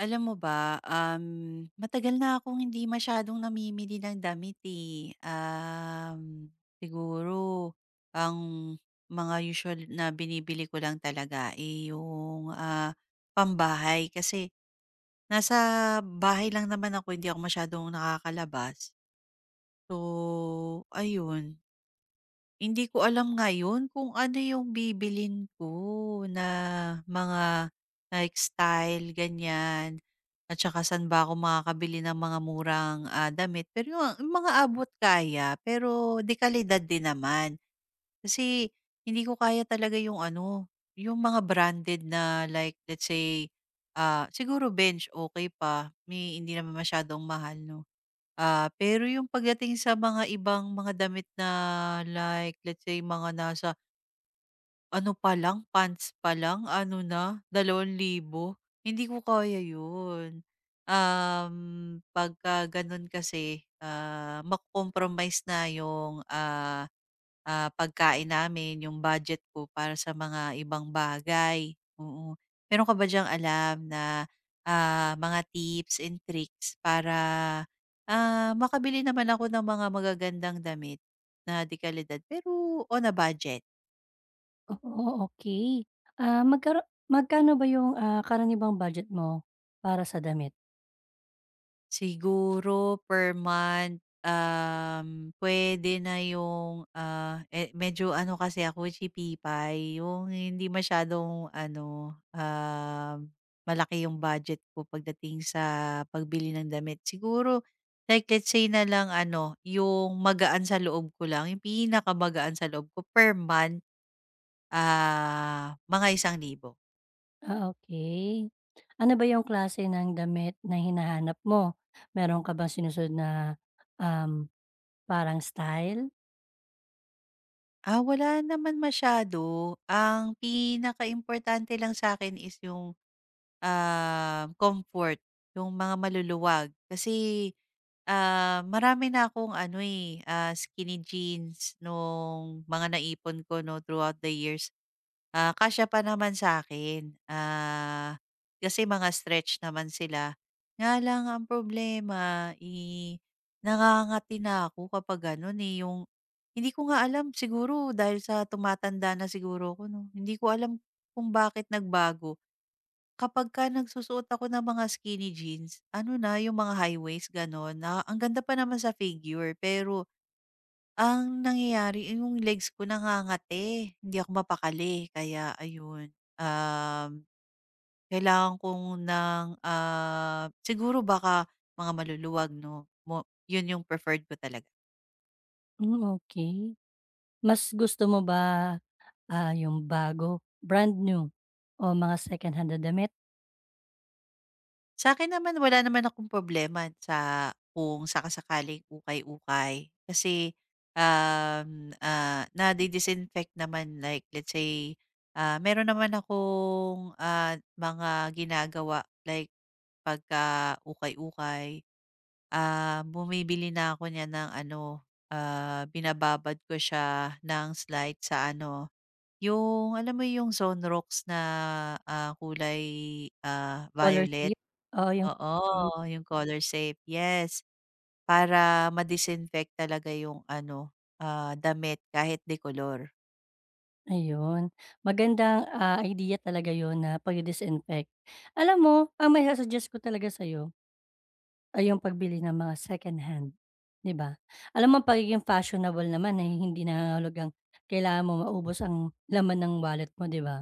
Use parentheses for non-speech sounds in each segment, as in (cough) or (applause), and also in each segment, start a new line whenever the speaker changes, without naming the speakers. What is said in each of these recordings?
Alam mo ba, matagal na akong hindi masyadong namimili ng damit, eh. Siguro ang mga usual na binibili ko lang talaga, eh, yung, pambahay. Kasi nasa bahay lang naman ako, hindi ako masyadong nakakalabas. So, ayun. Hindi ko alam ngayon kung ano yung bibilin ko na mga like style, ganyan. At saka saan ba ako makakabili ng mga murang, damit. Pero yung mga abot kaya, pero de kalidad din naman. Kasi hindi ko kaya talaga yung ano, yung mga branded na like let's say, siguro Bench okay pa, may hindi naman masyadong mahal 'no. Pero yung pagdating sa mga ibang mga damit na like let's say mga nasa ano pa lang, pants pa lang ano na, 2,000 hindi ko kaya yun. Pagka ganun kasi, mako na yung, pagkain namin, yung budget ko para sa mga ibang bagay, oo. Meron ka ba diyang alam na, mga tips and tricks para, makabili naman ako ng mga magagandang damit na dekalidad pero on a budget?
Oo, okay. Magkano ba yung, karaniwang budget mo para sa damit?
Siguro per month, puwede na yung, eh, medyo ano kasi ako tsipipay, yung hindi masyadong ano, malaki yung budget ko pagdating sa pagbili ng damit. Siguro like let's say na lang ano, yung magaan sa loob ko lang, yung pinakamagaan sa loob ko per month, mga 1,000.
Ah, okay. Ano ba yung klase ng damit na hinahanap mo? Meron ka bang sinusunod na, um, parang style?
Wala naman masyado, ang pinaka importante lang sa akin is yung comfort, yung mga maluluwag. Kasi, marami na akong ano, eh, skinny jeans nung mga naipon ko 'no, throughout the years. Kasya pa naman sa akin kasi mga stretch naman sila. Nga lang ang problema, eh, nangangati na ako kapag gano'n, eh, yung hindi ko nga alam siguro dahil sa tumatanda na siguro ko 'no, hindi ko alam kung bakit nagbago kapagka nagsusuot ako ng mga skinny jeans, ano na, yung mga high waist, gano'n, na ang ganda pa naman sa figure, pero ang nangyayari, eh, yung legs ko nangangati. Hindi ako mapakali, kaya ayun, um, kailangan kong ng, siguro baka mga maluluwag, 'no, mo yun yung preferred ko talaga.
Hmm, okay. Mas gusto mo ba, yung bago, brand new o mga secondhand na damit,
Sa akin naman wala naman akong problema sa kung saka-sakaling ukay-ukay. Kasi, nade-disinfect naman like let's say, meron naman akong, mga ginagawa like pagka ukay-ukay, bumibili na ako niyan ng ano, binababad ko siya ng slide sa ano, yung alam mo yung zone rocks na, kulay,
color
violet?
slip? Oo, yung.
Oo, yung color safe, yes. Para ma-disinfect talaga yung ano, damit kahit de color.
Ayun, magandang, idea talaga 'yun na pag disinfect. Alam mo, ang maisa-suggest ko talaga sa'yo ay yung pagbili ng mga second hand, 'di ba? Alam mo ang pagiging fashionable naman ay hindi nangangahulugang kailangan mo maubos ang laman ng wallet mo, 'di ba?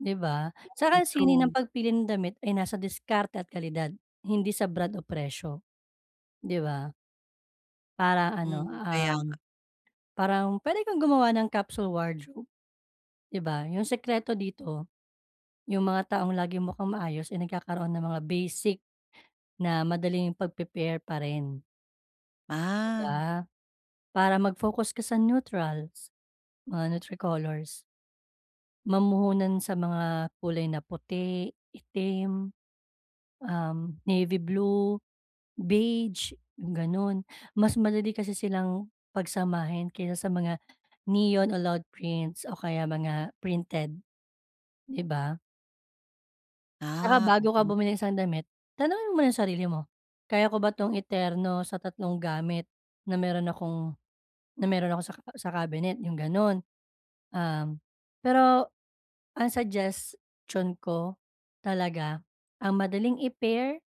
'Di ba? Sa
Oo,
ang sini ng
true.
pagpili ng damit ay nasa diskarte at kalidad, hindi sa brand o presyo, 'di ba? Para ano,
Kaya,
parang puwede kang gumawa ng capsule wardrobe, 'di ba? Yung sikreto dito. Yung mga taong laging mukhang maayos ay nagkakaroon ng mga basic na madaling pagpipare pa rin, 'di
ah,
ba? Para mag-focus ka sa neutrals, mga Nutri-Colors. Mamuhunan sa mga kulay na puti, itim, um, navy blue, beige, yung gano'n. Mas madali kasi silang pagsamahin kaysa sa mga neon o loud prints o kaya mga printed, 'di ba? Tsaka bago ka
oo.
bumili ng isang damit, tanungin mo muna yung sarili mo, "Kaya ko ba 'tong iterno sa tatlong gamit na meron ako sa ca sa cabinet?" Yung gano'n. Um, Pero ang suggestion ko talaga, ang madaling i-pair,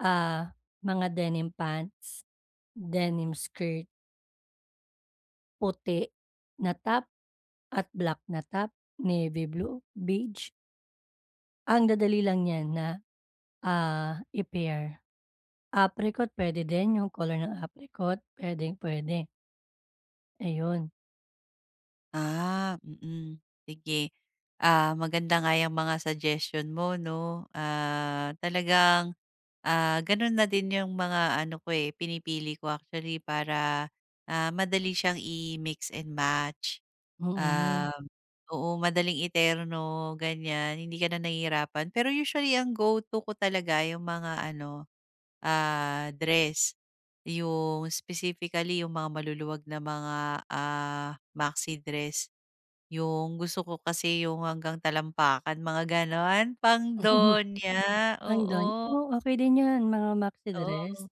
ah, mga denim pants, denim skirt, puti na top at black na top, navy blue, beige. Ang dadali lang niyan na, i-pair. Apricot puwede din yung color ng apricot, puwedeng-puwede, ayun,
Mm. Sige, maganda nga yang mga suggestion mo 'no, talagang, ganun na din yung mga ano ko, eh, pinipili ko actually para, madali siyang i-mix and match.
mm.
Um, oo, madaling iterno, ganyan, hindi ka na nahihirapan. Pero usually ang go-to ko talaga yung mga ano, dress. Yung specifically yung mga maluluwag na mga, maxi dress. Yung gusto ko kasi yung hanggang talampakan, mga gano'n,
(laughs)
pangdonya,
Hanggang,
oo,
oo, okey din 'yan mga maxi dress.
oo,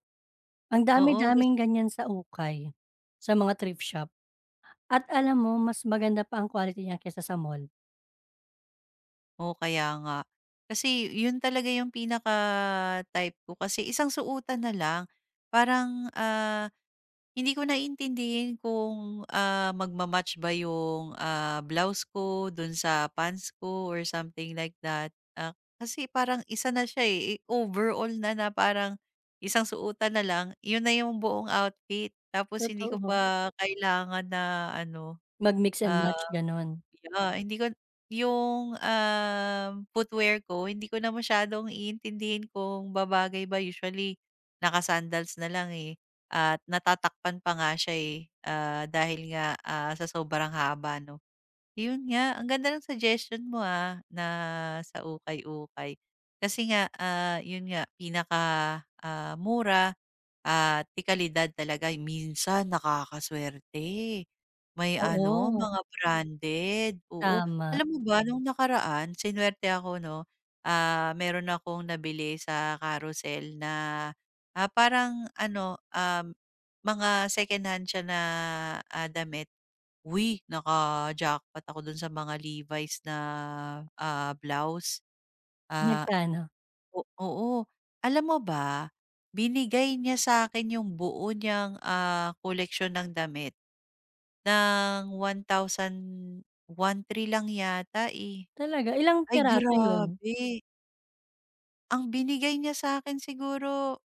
Ang
oo,
dami-daming ganiyan sa ukay, sa mga thrift shop. At alam mo mas maganda pa ang quality niya kaysa sa mall,
Oo, kaya nga. Kasi yun talaga yung pinaka-type ko kasi isang suotan na lang. Parang, hindi ko naiintindihin kung, magma ba yung, blouse ko dun sa pants ko or something like that. Kasi parang isa na siya, eh, overall na na parang isang suotan na lang, yun na yung buong outfit. Tapos hindi ko
totoo.
pa kailangan na ano,
Mag-mix and
ah
match gano'n,
Yeah, hindi ko yung, footwear ko hindi ko na masyadong iintindihin kung babagay ba, usually naka na lang, eh, at natatakpan pa nga siya, eh, dahil nga, sa sobrang haba 'no. Yun nga, ang ganda ng suggestion mo, na sa ukay-ukay. Kasi nga, yun nga pinaka, mura at kalidad talaga minsan nakakasuwerte. May ano,
oo,
mga branded, oo.
tama.
Alam mo ba nung nakaraan sinuwerte ako 'no, meron akong nabili sa Carousel na, parang ano, mga secondhand siya na, damit. Uy, naka-jackpot ako dun sa mga Levi's na, blouse. Ah,
Magkano?
o oo. Alam mo ba, binigay niya sa akin yung buo niyang, koleksyon ng damit ng one thousand one 1,300 lang yata, eh.
Talaga, ilang
Ay,
piraso 'yun?
grabe. Ang binigay niya sa akin siguro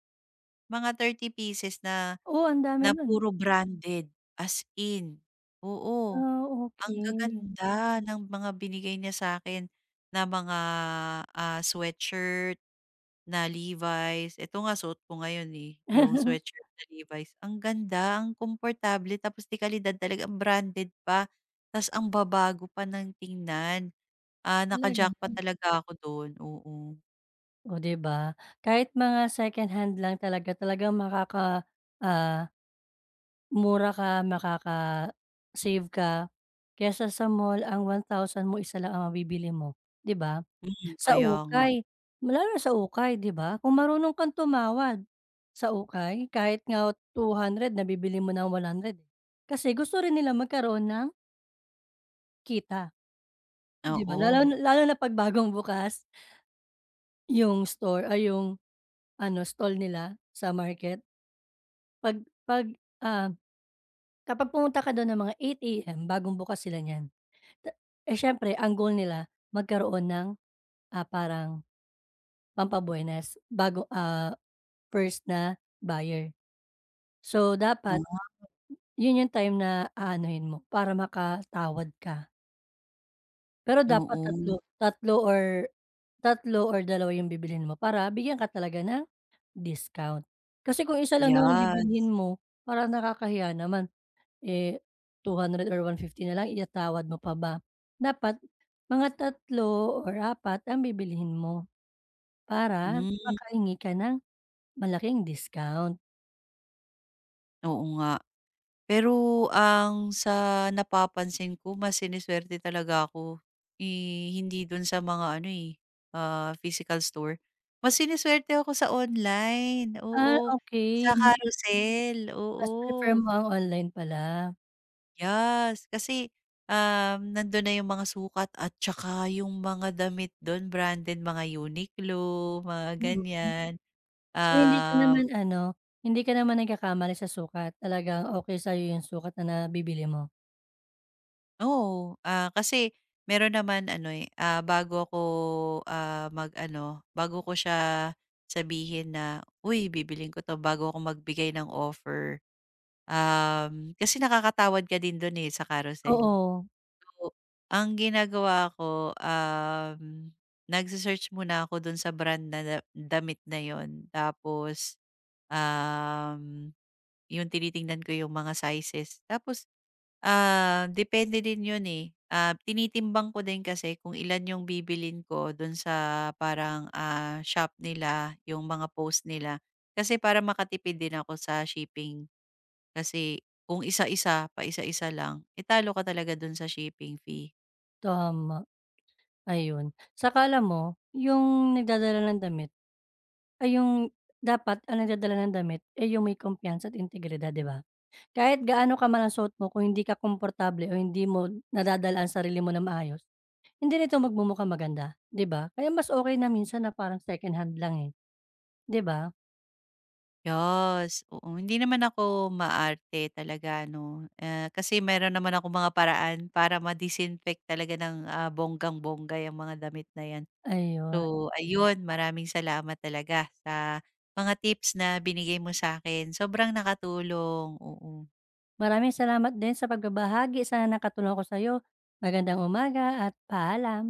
mga 30 pieces na
Oo, ang dami
na
no'n.
puro branded, as in, oo.
Ah,
Ang
okey.
gaganda ng mga binigay niya sa'kin na mga, sweatshirt na Levi's. Ito nga suot ko ngayon, eh, yung
(laughs)
sweatshirt na Levi's. Ang ganda, ang komportable tapos de kalidad talaga, branded pa, ta's ang babago pa ng tingnan. Ah,
Talaga?
naka-jackpot talaga ako do'n, oo.
Oh, 'di ba? Kahit mga second hand lang talaga, talagang ah, mura ka, makaka-save ka kaysa sa mall ang 1,000 mo, isa lang ang mabibili mo, 'di ba?
Hmm,
Sa
kaya nga,
ukay, lalo na sa ukay, 'di ba? Kung marunong kang tumawad sa ukay, kahit nga 200 nabibili mo ng 100, eh. Kasi gusto rin nila magkaroon ng kita, 'di ba? Lalo
oo.
lalo na 'pag bagong bukas yung store ay yung ano, stall nila sa market. 'Pag 'pag, ah, Kapag pumunta ka dun ng mga 8 AM, bagong bukas sila niyan. Ta eh, siyempre ang goal nila magkaroon ng, parang pampabuenas bago, first na buyer. So, dapat
Ah,
yun yung time na aanuhin mo para makatawad ka. Pero dapat
oo,
tatlo tatlo or tatlo or dalawa yung bibilhin mo para bigyan ka talaga ng discount. Kasi kung isa lang naman ang bibilhin
yes.
mo, parang nakakahiya naman. Eh, 200 or 150 na lang itatawad mo pa ba? Dapat mga tatlo or apat ang bibilhin mo para
Hmm.
makahingi ka ng malaking discount.
Oo nga. Pero ang sa napapansin ko mas sinusuwerte talaga ako, eh, hindi dun sa mga ano, eh, physical store. Mas sinusuwerte ako sa online,
Ah,
oo. Sa
okay,
carousel,
mas prefer
oo.
mo ang online pala.
Yes, kasi, nandun na yung mga sukat at tsaka yung mga damit dun branded, mga Uniqlo, mga
Mm. Mm.
ganyan.
So,
Um
hindi ka naman nagkakamali sa sukat, talagang okay sa'yo yung sukat na nabibili mo?
Oo, kasi meron naman ano, eh, bago ako, mag-ano, bago ko siya sabihin na, "Uy, bibiling ko 'to," bago ako magbigay ng offer, kasi nakakatawad ka din do'n, eh, sa carousel.
Oo,
So, ang ginagawa ko, nagse muna ako do'n sa brand na damit na 'yon tapos, um, 'yung tinitingnan ko 'yung mga sizes tapos Depende din 'yun, eh. Tinitimbang ko din kasi kung ilan 'yung bibilin ko do'n sa parang, shop nila, 'yung mga post nila. Kasi para makatipid din ako sa shipping. Kasi kung isa-isa, pa isa isa lang, eh, ka talaga do'n sa shipping fee.
tama, ayun. Saka alam mo, yung nagdadala ng damit ay yung dapat ang nagdadala ng damit, eh, yung may kumpiyansa at integridad, 'di ba? Kahit gaano ka man ang suot mo kung hindi ka komportable o hindi mo nadadala ang sarili mo ng maayos, hindi nito magmumukhang maganda, 'di ba? Kaya mas okay na minsan na parang second hand lang, eh, 'di ba?
Yes, oo. Hindi naman ako maarte talaga ano, eh kasi meron naman ako mga paraan para ma-disinfect talaga ng, bonggang-bongga yung mga damit na 'yan.
Ayun,
So, ayun maraming salamat talaga sa mga tips na binigay mo sa akin, sobrang nakatulong, oo.
maraming salamat din sa pagbabahagi, sana nakatulong ako sa'yo. Magandang umaga at paalam.